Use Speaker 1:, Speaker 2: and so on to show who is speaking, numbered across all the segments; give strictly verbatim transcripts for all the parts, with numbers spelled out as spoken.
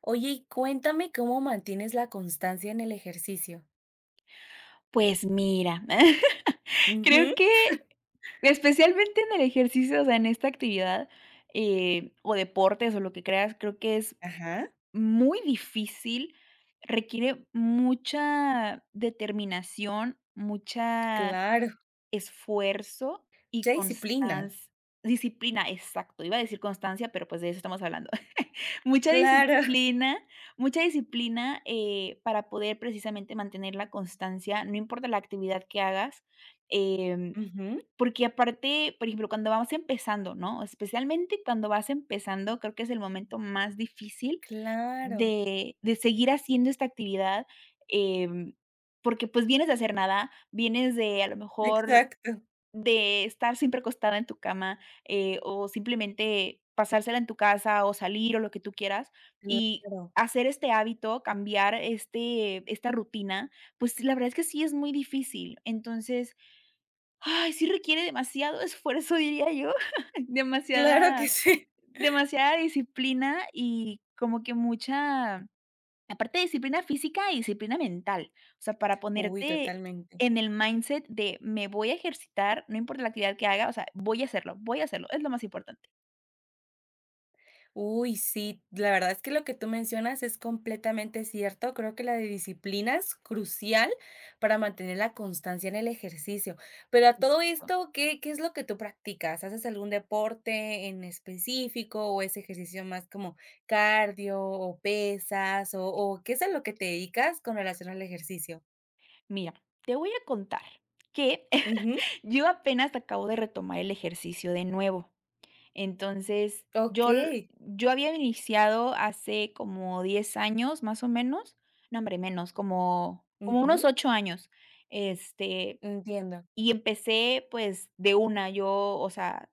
Speaker 1: Oye, y cuéntame cómo mantienes la constancia en el ejercicio.
Speaker 2: Pues mira, creo
Speaker 1: Ujú,
Speaker 2: que especialmente en el ejercicio, o sea, en esta actividad, eh, o deportes o lo que creas, creo que es
Speaker 1: ajá,
Speaker 2: muy difícil, requiere mucha determinación, mucha
Speaker 1: claro.
Speaker 2: esfuerzo y
Speaker 1: Mucha disciplina.
Speaker 2: constancia disciplina, exacto, iba a decir constancia, pero, pues, de eso estamos hablando. Mucha
Speaker 1: Claro.
Speaker 2: disciplina, mucha disciplina, eh, para poder precisamente mantener la constancia, no importa la actividad que hagas, em,
Speaker 1: Ujú,
Speaker 2: porque aparte, por ejemplo, cuando vamos empezando, ¿no? Especialmente cuando vas empezando, creo que es el momento más difícil
Speaker 1: claro.
Speaker 2: de de seguir haciendo esta actividad, em, porque, pues, vienes de hacer nada, vienes de, a lo mejor
Speaker 1: Exacto.
Speaker 2: de estar siempre acostada en tu cama, eh, o simplemente pasársela en tu casa, o salir, o lo que tú quieras, y
Speaker 1: Claro.
Speaker 2: hacer este hábito, cambiar este esta rutina, pues, la verdad es que sí es muy difícil. Entonces, ay, sí requiere demasiado esfuerzo, diría yo,
Speaker 1: Claro que
Speaker 2: demasiada
Speaker 1: sí.
Speaker 2: demasiada disciplina y como que mucha aparte de disciplina física y disciplina mental, o sea, para
Speaker 1: Uy,
Speaker 2: ponerte
Speaker 1: totalmente.
Speaker 2: en el mindset de me voy a ejercitar, no importa la actividad que haga, o sea, voy a hacerlo, voy a hacerlo, es lo más importante.
Speaker 1: Uy, sí, la verdad es que lo que tú mencionas es completamente cierto. Creo que la de disciplina es crucial para mantener la constancia en el ejercicio. Pero a todo
Speaker 2: Exacto.
Speaker 1: esto, ¿qué, qué es lo que tú practicas? ¿Haces algún deporte en específico o es ejercicio más como cardio o pesas o, o qué es a lo que te dedicas con relación al ejercicio?
Speaker 2: Mira, te voy a contar que
Speaker 1: Ujú,
Speaker 2: yo apenas acabo de retomar el ejercicio de nuevo. Entonces,
Speaker 1: ok,
Speaker 2: yo, l- yo había iniciado hace como diez años, más o menos, no, hombre, menos, como, como unos
Speaker 1: ujú,
Speaker 2: ocho años. Este,
Speaker 1: entiendo.
Speaker 2: y empecé pues de una, yo, o sea,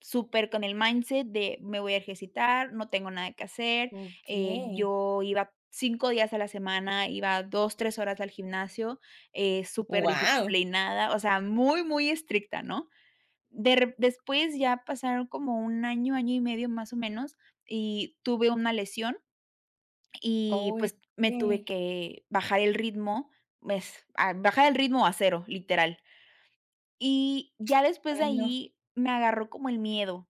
Speaker 2: súper con el mindset de: "Me voy a ejercitar, no tengo nada que hacer".
Speaker 1: Ok,
Speaker 2: Eh, yo iba cinco días a la semana, iba dos tres horas al gimnasio, eh, súper
Speaker 1: wow.
Speaker 2: disciplinada, o sea, muy, muy estricta, ¿no? De re Después ya pasaron como un año, año y medio más o menos, y tuve una lesión y,
Speaker 1: Uy,
Speaker 2: pues, me tuve
Speaker 1: ok.
Speaker 2: que bajar el ritmo, pues, a bajar el ritmo a cero, literal. Y ya después de
Speaker 1: Ay, no.
Speaker 2: ahí me agarró como el miedo,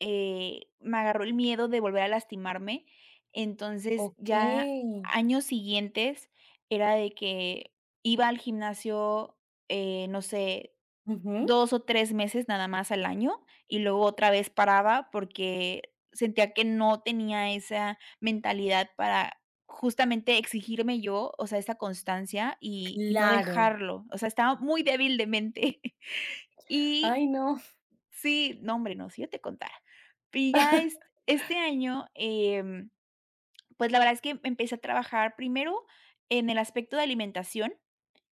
Speaker 2: eh, me agarró el miedo de volver a lastimarme. Entonces,
Speaker 1: Ok.
Speaker 2: ya años siguientes era de que iba al gimnasio, eh, no sé,
Speaker 1: Ujú,
Speaker 2: dos o tres meses nada más al año, y luego otra vez paraba porque sentía que no tenía esa mentalidad para justamente exigirme yo, o sea, esa constancia y y no
Speaker 1: claro.
Speaker 2: dejarlo. O sea, estaba muy débil de mente. Y
Speaker 1: Ay, no.
Speaker 2: sí, no, hombre, no, si yo te contara. Y ya es este año, em, pues, la verdad es que empecé a trabajar primero en el aspecto de alimentación,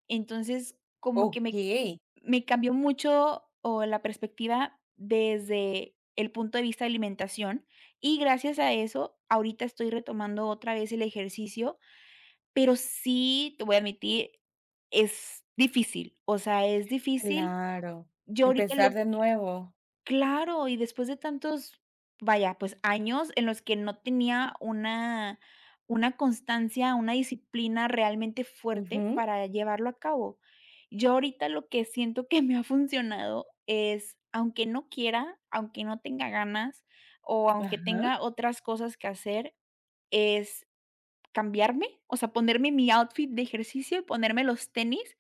Speaker 2: entonces, como que me
Speaker 1: Okey,
Speaker 2: me cambió mucho, o la perspectiva desde el punto de vista de alimentación, y gracias a eso, ahorita estoy retomando otra vez el ejercicio, pero sí, te voy a admitir, es difícil, o sea, es difícil.
Speaker 1: claro.
Speaker 2: Yo ahorita
Speaker 1: Empezar
Speaker 2: lo
Speaker 1: de nuevo.
Speaker 2: claro, y después de tantos, vaya, pues, años en los que no tenía una una constancia, una disciplina realmente fuerte
Speaker 1: Ujú,
Speaker 2: para llevarlo a cabo. Yo ahorita lo que siento que me ha funcionado es, aunque no quiera, aunque no tenga ganas, o aunque
Speaker 1: ajá.
Speaker 2: tenga otras cosas que hacer, es cambiarme, o sea, ponerme mi outfit de ejercicio y ponerme los tenis,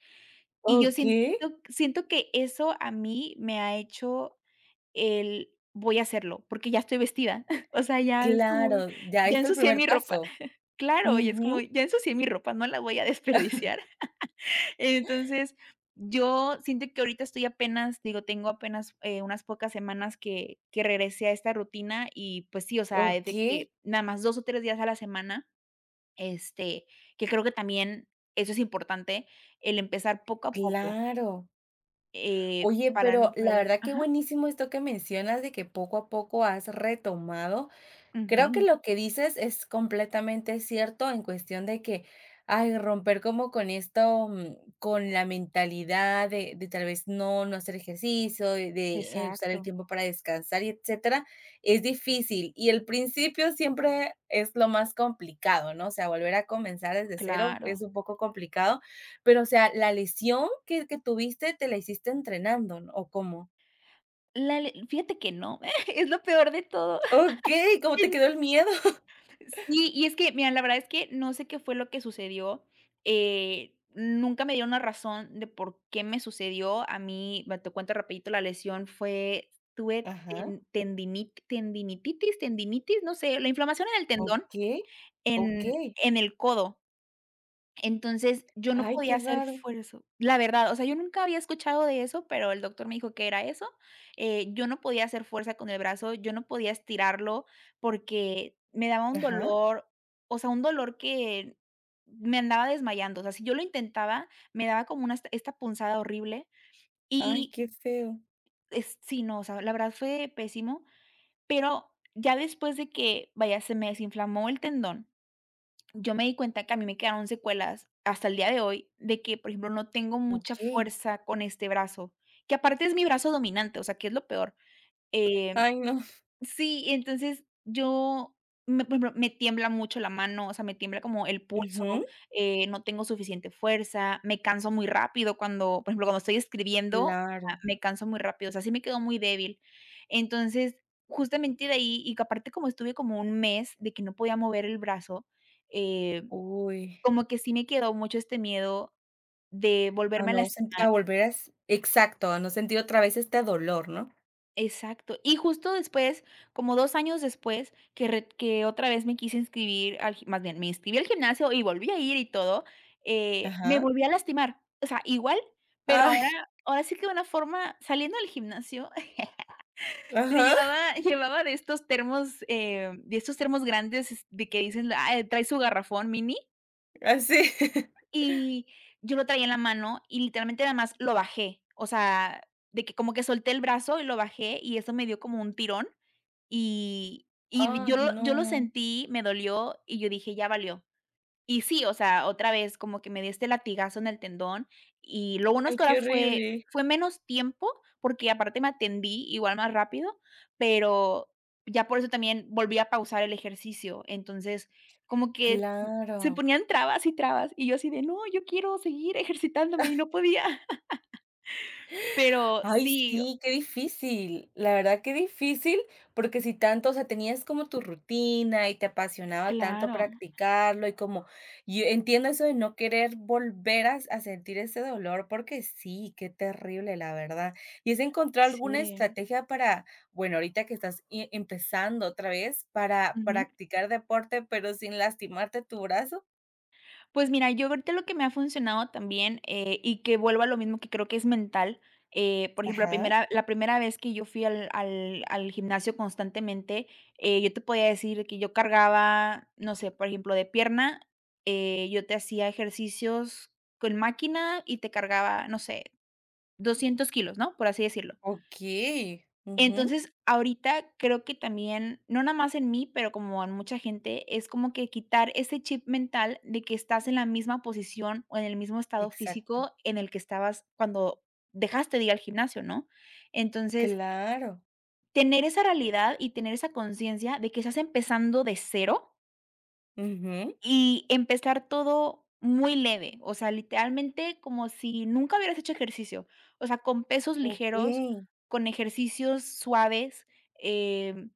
Speaker 2: y yo siento
Speaker 1: Okey,
Speaker 2: siento que eso a mí me ha hecho el voy a hacerlo, porque ya estoy vestida. O sea, ya es como,
Speaker 1: claro, ya
Speaker 2: ya
Speaker 1: diste el
Speaker 2: ensucié
Speaker 1: primer
Speaker 2: mi ropa.
Speaker 1: paso.
Speaker 2: Claro, y es como,
Speaker 1: Ujú,
Speaker 2: ya ensucié mi ropa, no la voy a desperdiciar. Entonces, yo siento que ahorita estoy apenas, digo, tengo apenas, eh, unas pocas semanas que que regresé a esta rutina y, pues sí, o sea, es de
Speaker 1: okey,
Speaker 2: que nada más dos o tres días a la semana, este, que creo que también eso es importante, el empezar poco a poco,
Speaker 1: claro.
Speaker 2: eh,
Speaker 1: Oye,
Speaker 2: para no
Speaker 1: pero la
Speaker 2: perder
Speaker 1: verdad que
Speaker 2: ajá,
Speaker 1: buenísimo esto que mencionas de que poco a poco has retomado. Creo que
Speaker 2: ujú,
Speaker 1: lo que dices es completamente cierto en cuestión de que, ay, romper como con esto, mm, con la mentalidad de de tal vez no no hacer ejercicio, de de eh, usar el
Speaker 2: exacto,
Speaker 1: tiempo para descansar y etcétera, es difícil. Y el principio siempre es lo más complicado, ¿no? O sea, volver a comenzar desde cero es
Speaker 2: claro.
Speaker 1: un poco complicado, pero, o sea, ¿la lesión que que tuviste te la hiciste entrenando, ¿no? ¿O cómo?
Speaker 2: La le Fíjate que no, es lo peor de todo.
Speaker 1: Okey, ¿cómo te quedó el miedo?
Speaker 2: Sí, y es que, mira, la verdad es que no sé qué fue lo que sucedió, eh, nunca me dio una razón de por qué me sucedió. A mí, va, te cuento rapidito, la lesión fue tuve
Speaker 1: Ajá,
Speaker 2: ten tendinit tendinitis, tendinitis, no sé, la inflamación en el tendón
Speaker 1: okey,
Speaker 2: en
Speaker 1: okey.
Speaker 2: en el codo. Entonces, yo no
Speaker 1: Ay,
Speaker 2: podía
Speaker 1: qué
Speaker 2: hacer
Speaker 1: raro.
Speaker 2: esfuerzo, la verdad, o sea, yo nunca había escuchado de eso, pero el doctor me dijo que era eso, eh, yo no podía hacer fuerza con el brazo, yo no podía estirarlo porque me daba un
Speaker 1: Ajá.
Speaker 2: dolor, o sea, un dolor que me andaba desmayando, o sea, si yo lo intentaba, me daba como una esta esta punzada horrible
Speaker 1: Ay,
Speaker 2: y
Speaker 1: qué feo.
Speaker 2: es sí, no, o sea, la verdad fue pésimo, pero ya después de que, vaya, se me desinflamó el tendón, yo me di cuenta que a mí me quedaron secuelas hasta el día de hoy de que, por ejemplo, no tengo mucha
Speaker 1: Okey.
Speaker 2: fuerza con este brazo, que aparte es mi brazo dominante, o sea, que es lo peor. Eh,
Speaker 1: Ay, no.
Speaker 2: sí, entonces yo, me, por ejemplo, me tiembla mucho la mano, o sea, me tiembla como el pulso,
Speaker 1: Ujú,
Speaker 2: eh, no tengo suficiente fuerza, me canso muy rápido cuando, por ejemplo, cuando estoy escribiendo, ah,
Speaker 1: claro.
Speaker 2: me canso muy rápido, o sea, sí me quedo muy débil. Entonces, justamente de ahí, y que aparte como estuve como un mes de que no podía mover el brazo, eh,
Speaker 1: Uy,
Speaker 2: como que sí me quedó mucho este miedo de
Speaker 1: a
Speaker 2: volverme a
Speaker 1: no sent a
Speaker 2: lastimar.
Speaker 1: volver a s exacto, a no sentir otra vez este dolor, ¿no?
Speaker 2: Exacto. Y justo después, como dos años después, que re que otra vez me quise inscribir al gi, más bien, me inscribí al gimnasio y volví a ir y todo, eh, me
Speaker 1: Ajá.
Speaker 2: volví a lastimar. O sea, igual, pero
Speaker 1: Ay,
Speaker 2: ahora ahora sí que de una forma saliendo del gimnasio, pero
Speaker 1: ajá,
Speaker 2: llevaba llevaba de estos termos, eh, de estos termos grandes, es de que dicen: "Ah, trae su garrafón mini".
Speaker 1: así.
Speaker 2: Y yo lo traía en la mano y literalmente nada más lo bajé, o sea, de que como que solté el brazo y lo bajé y eso me dio como un tirón y y yo
Speaker 1: Ay,
Speaker 2: lo
Speaker 1: no.
Speaker 2: yo lo sentí, me dolió y yo dije: "Ya valió". Y sí, o sea, otra vez como que me di este latigazo en el tendón, y lo bueno es
Speaker 1: Ay,
Speaker 2: que ahora
Speaker 1: qué
Speaker 2: fue
Speaker 1: horrible.
Speaker 2: fue menos tiempo, porque aparte me atendí igual más rápido, pero ya por eso también volví a pausar el ejercicio. Entonces, como que
Speaker 1: Claro.
Speaker 2: se ponían trabas y trabas, y yo así de: "No, yo quiero seguir ejercitándome", y no podía. Pero
Speaker 1: Ay,
Speaker 2: sí,
Speaker 1: sí, qué difícil. La verdad, qué difícil, porque si tanto, o sea, tenías como tu rutina y te apasionaba tanto
Speaker 2: claro.
Speaker 1: practicarlo y como, yo entiendo eso de no querer volver a, a sentir ese dolor, porque sí, qué terrible, la verdad. Y es encontrar alguna
Speaker 2: Sí.
Speaker 1: estrategia para, bueno, ahorita que estás i- empezando otra vez para practicar deporte, pero sin lastimarte tu brazo.
Speaker 2: Pues mira, yo ahorita lo que me ha funcionado también, eh, y que vuelvo a lo mismo que creo que es mental, eh, por ejemplo, la
Speaker 1: Ajá.
Speaker 2: primera la primera vez que yo fui al al al gimnasio constantemente, eh, yo te podía decir que yo cargaba, no sé, por ejemplo, de pierna, eh, yo te hacía ejercicios con máquina y te cargaba, no sé, doscientos kilos, ¿no? Por así decirlo.
Speaker 1: Ok, ujú,
Speaker 2: Entonces, ahorita creo que también, no nada más en mí, pero como en mucha gente, es como que quitar ese chip mental de que estás en la misma posición o en el mismo estado
Speaker 1: exacto.
Speaker 2: físico en el que estabas cuando dejaste de ir al gimnasio, ¿no? Entonces,
Speaker 1: Claro,
Speaker 2: tener esa realidad y tener esa conciencia de que estás empezando de cero
Speaker 1: ujú.
Speaker 2: y empezar todo muy leve, o sea, literalmente como si nunca hubieras hecho ejercicio, o sea, con pesos ligeros,
Speaker 1: Okey.
Speaker 2: con ejercicios suaves, em,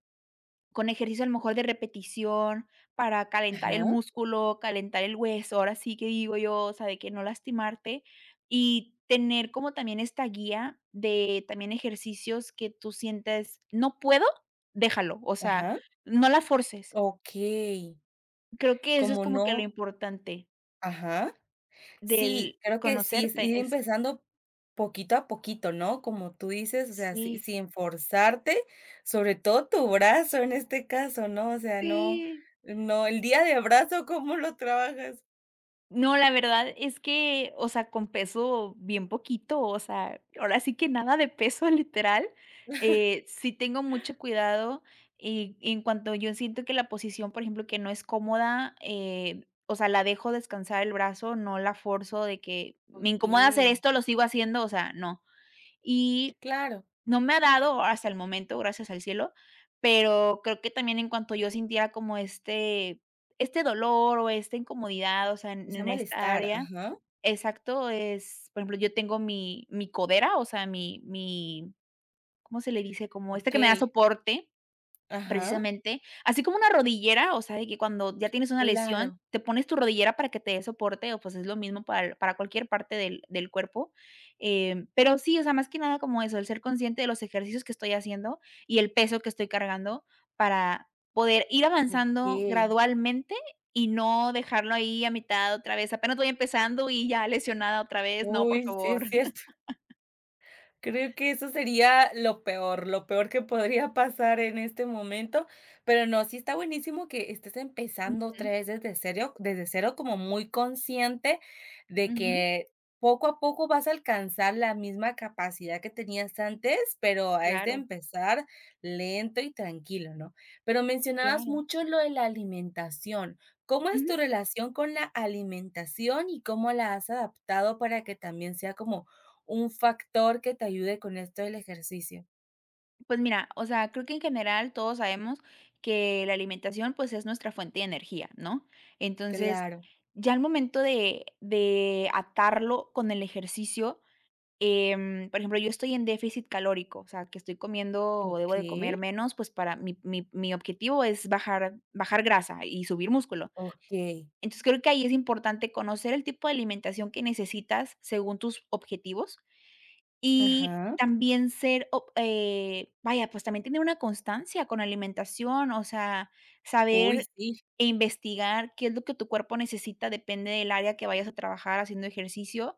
Speaker 2: con ejercicio a lo mejor de repetición para calentar el
Speaker 1: Ajá,
Speaker 2: músculo, calentar el hueso, ahora sí que digo yo, o sea, de que no lastimarte y tener como también esta guía de también ejercicios que tú sientes: "No puedo, déjalo", o sea,
Speaker 1: ajá.
Speaker 2: no la forces.
Speaker 1: Okey.
Speaker 2: Creo que eso es
Speaker 1: Como
Speaker 2: como que lo
Speaker 1: no,
Speaker 2: importante
Speaker 1: ajá. Sí,
Speaker 2: del
Speaker 1: creo que sí, es
Speaker 2: conocerte,
Speaker 1: ir
Speaker 2: es
Speaker 1: empezando poquito a poquito, ¿no? Como tú dices, o sea, si
Speaker 2: sí.
Speaker 1: sin forzarte, sobre todo tu brazo en este caso, ¿no? O sea, no
Speaker 2: Sí.
Speaker 1: no, el día de brazo, ¿cómo lo trabajas?
Speaker 2: No, la verdad es que, o sea, con peso bien poquito, o sea, ahora sí que nada de peso, literal. Eh, sí tengo mucho cuidado, y en cuanto yo siento que la posición, por ejemplo, que no es cómoda, eh, o sea, la dejo descansar el brazo, no la forzo de que me incomoda hacer
Speaker 1: Okey,
Speaker 2: esto, lo sigo haciendo, o sea, no. Y
Speaker 1: claro,
Speaker 2: no me ha dado hasta el momento, gracias al cielo, pero creo que también en cuanto yo sintiera como este este dolor o esta incomodidad, o sea, en
Speaker 1: quizá
Speaker 2: en esta
Speaker 1: malestar,
Speaker 2: área
Speaker 1: ajá.
Speaker 2: exacto, es, por ejemplo, yo tengo mi mi codera, o sea, mi mi, ¿cómo se le dice? Como este que me da
Speaker 1: Okey,
Speaker 2: soporte
Speaker 1: ajá,
Speaker 2: precisamente, así como una rodillera, o sea, de que cuando ya tienes una lesión,
Speaker 1: claro,
Speaker 2: te pones tu rodillera para que te dé soporte, o, pues, es lo mismo para el- para cualquier parte del del cuerpo, em, pero sí, o sea, más que nada como eso, el ser consciente de los ejercicios que estoy haciendo y el peso que estoy cargando para poder ir avanzando
Speaker 1: okey.
Speaker 2: gradualmente y no dejarlo ahí a mitad otra vez, apenas voy empezando y ya lesionada otra vez, no, por
Speaker 1: Uy, sí
Speaker 2: favor.
Speaker 1: es cierto. Creo que eso sería lo peor, lo peor que podría pasar en este momento, pero no, sí está buenísimo que estés empezando
Speaker 2: Ujú,
Speaker 1: otra vez desde cero, desde cero, como muy consciente de
Speaker 2: ujú,
Speaker 1: que poco a poco vas a alcanzar la misma capacidad que tenías antes, pero es de
Speaker 2: claro,
Speaker 1: empezar lento y tranquilo, ¿no? Pero mencionabas
Speaker 2: claro.
Speaker 1: mucho lo de la alimentación. ¿Cómo es
Speaker 2: Ujú.
Speaker 1: tu relación con la alimentación y cómo la has adaptado para que también sea como un factor que te ayude con esto del ejercicio?
Speaker 2: Pues mira, o sea, creo que en general todos sabemos que la alimentación, pues, es nuestra fuente de energía, ¿no? Entonces,
Speaker 1: Claro.
Speaker 2: ya al momento de de atarlo con el ejercicio, em, por ejemplo, yo estoy en déficit calórico, o sea, que estoy comiendo o debo de
Speaker 1: Okey.
Speaker 2: comer menos, pues, para mi mi mi objetivo es bajar bajar grasa y subir músculo.
Speaker 1: Okey.
Speaker 2: Entonces, creo que ahí es importante conocer el tipo de alimentación que necesitas según tus objetivos y
Speaker 1: Ajá.
Speaker 2: también ser, o eh, vaya, pues también tener una constancia con la alimentación, o sea,
Speaker 1: Uy,
Speaker 2: saber
Speaker 1: sí.
Speaker 2: e investigar qué es lo que tu cuerpo necesita, depende del área que vayas a trabajar haciendo ejercicio,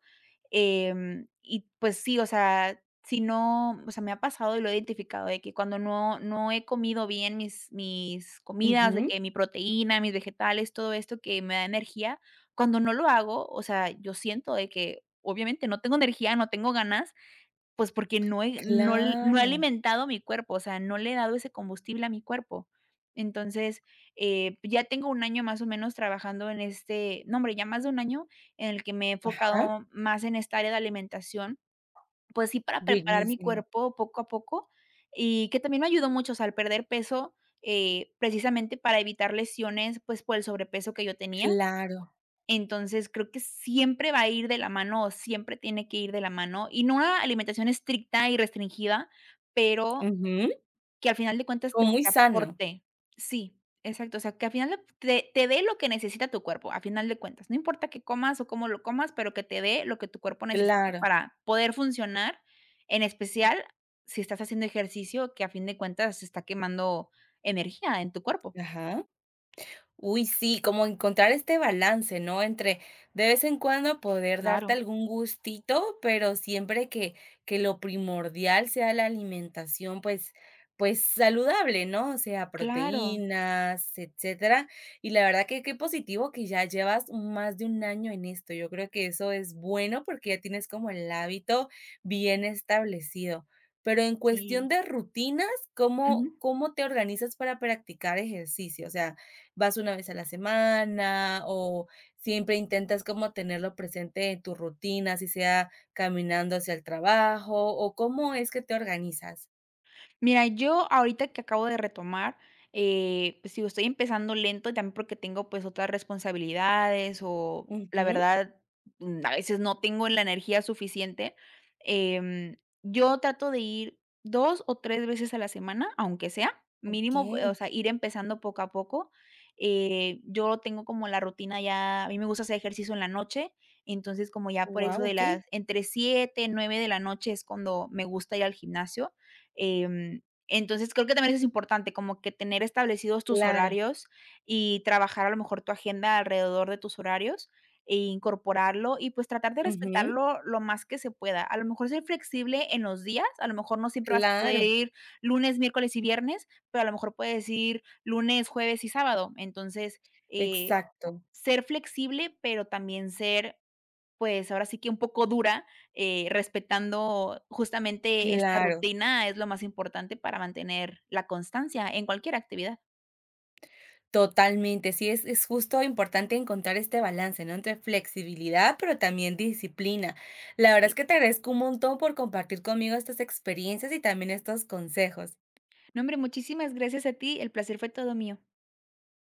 Speaker 2: em, y pues sí, o sea, si no, o sea, me ha pasado y lo he identificado de que cuando no no he comido bien mis mis comidas, de
Speaker 1: Ujú.
Speaker 2: que mi proteína, mis vegetales, todo esto que me da energía, cuando no lo hago, o sea, yo siento de que obviamente no tengo energía, no tengo ganas, pues, porque no he no l no he
Speaker 1: Claro.
Speaker 2: alimentado mi cuerpo, o sea, no le he dado ese combustible a mi cuerpo. Entonces, eh, ya tengo un año más o menos trabajando en este no, hombre, ya más de un año en el que me he
Speaker 1: Ajá.
Speaker 2: enfocado más en esta área de alimentación, pues sí, para preparar mi
Speaker 1: Buenísimo.
Speaker 2: cuerpo poco a poco, y que también me ayudó mucho, o sea, al perder peso, eh, precisamente para evitar lesiones, pues, por el sobrepeso que yo tenía.
Speaker 1: Claro.
Speaker 2: Entonces, creo que siempre va a ir de la mano, o siempre tiene que ir de la mano, y no una alimentación estricta y restringida, pero
Speaker 1: Ujú.
Speaker 2: que al final de cuentas te
Speaker 1: Como muy
Speaker 2: te
Speaker 1: sano.
Speaker 2: aporte. Sí, exacto, o sea, que al final de- te te dé lo que necesita tu cuerpo, a final de cuentas. No importa qué comas o cómo lo comas, pero que te dé lo que tu cuerpo necesita
Speaker 1: Claro.
Speaker 2: para poder funcionar, en especial si estás haciendo ejercicio, que a fin de cuentas se está quemando energía en tu cuerpo.
Speaker 1: Ajá. Uy, sí, como encontrar este balance, ¿no? Entre de vez en cuando poder darte
Speaker 2: Claro,
Speaker 1: algún gustito, pero siempre que, que lo primordial sea la alimentación, pues, pues saludable, ¿no? O sea,
Speaker 2: claro,
Speaker 1: proteínas, etcétera. Y la verdad que qué positivo que ya llevas más de un año en esto. Yo creo que eso es bueno porque ya tienes como el hábito bien establecido. Pero en cuestión
Speaker 2: sí.
Speaker 1: de rutinas, ¿cómo, cómo te organizas para practicar ejercicio? O sea, ¿vas una vez a la semana o siempre intentas como tenerlo presente en tu rutina, si sea caminando hacia el trabajo o cómo es que te organizas?
Speaker 2: Mira, yo ahorita que acabo de retomar, eh, pues, digo, estoy empezando lento también porque tengo, pues, otras responsabilidades o la
Speaker 1: Ujú,
Speaker 2: verdad, mm, a veces no tengo la energía suficiente. Em, yo trato de ir dos o tres veces a la semana, aunque sea, mínimo, eh, o
Speaker 1: okey,
Speaker 2: sea, ir empezando poco a poco. Eh, yo tengo como la rutina, ya a mí me gusta hacer ejercicio en la noche, entonces como ya por eso
Speaker 1: guau,
Speaker 2: de
Speaker 1: okey,
Speaker 2: las, entre siete nueve de la noche es cuando me gusta ir al gimnasio. Em, entonces, creo que también eso es importante, como que tener establecidos tus
Speaker 1: claro,
Speaker 2: horarios y trabajar a lo mejor tu agenda alrededor de tus horarios e incorporarlo y, pues, tratar de
Speaker 1: ujú,
Speaker 2: respetarlo lo más que se pueda. A lo mejor ser flexible en los días, a lo mejor no siempre vas a poder
Speaker 1: claro,
Speaker 2: ir lunes, miércoles y viernes, pero a lo mejor puedes ir lunes, jueves y sábado. Entonces, eh,
Speaker 1: exacto,
Speaker 2: ser flexible, pero también ser, pues, ahora sí que un poco dura, eh, respetando justamente esta
Speaker 1: claro,
Speaker 2: rutina, es lo más importante para mantener la constancia en cualquier actividad.
Speaker 1: totalmente. Sí, es es justo importante encontrar este balance, ¿no?, entre flexibilidad, pero también disciplina. La verdad
Speaker 2: Sí.
Speaker 1: es que te agradezco un montón por compartir conmigo estas experiencias y también estos consejos.
Speaker 2: No, hombre, muchísimas gracias a ti, el placer fue todo mío.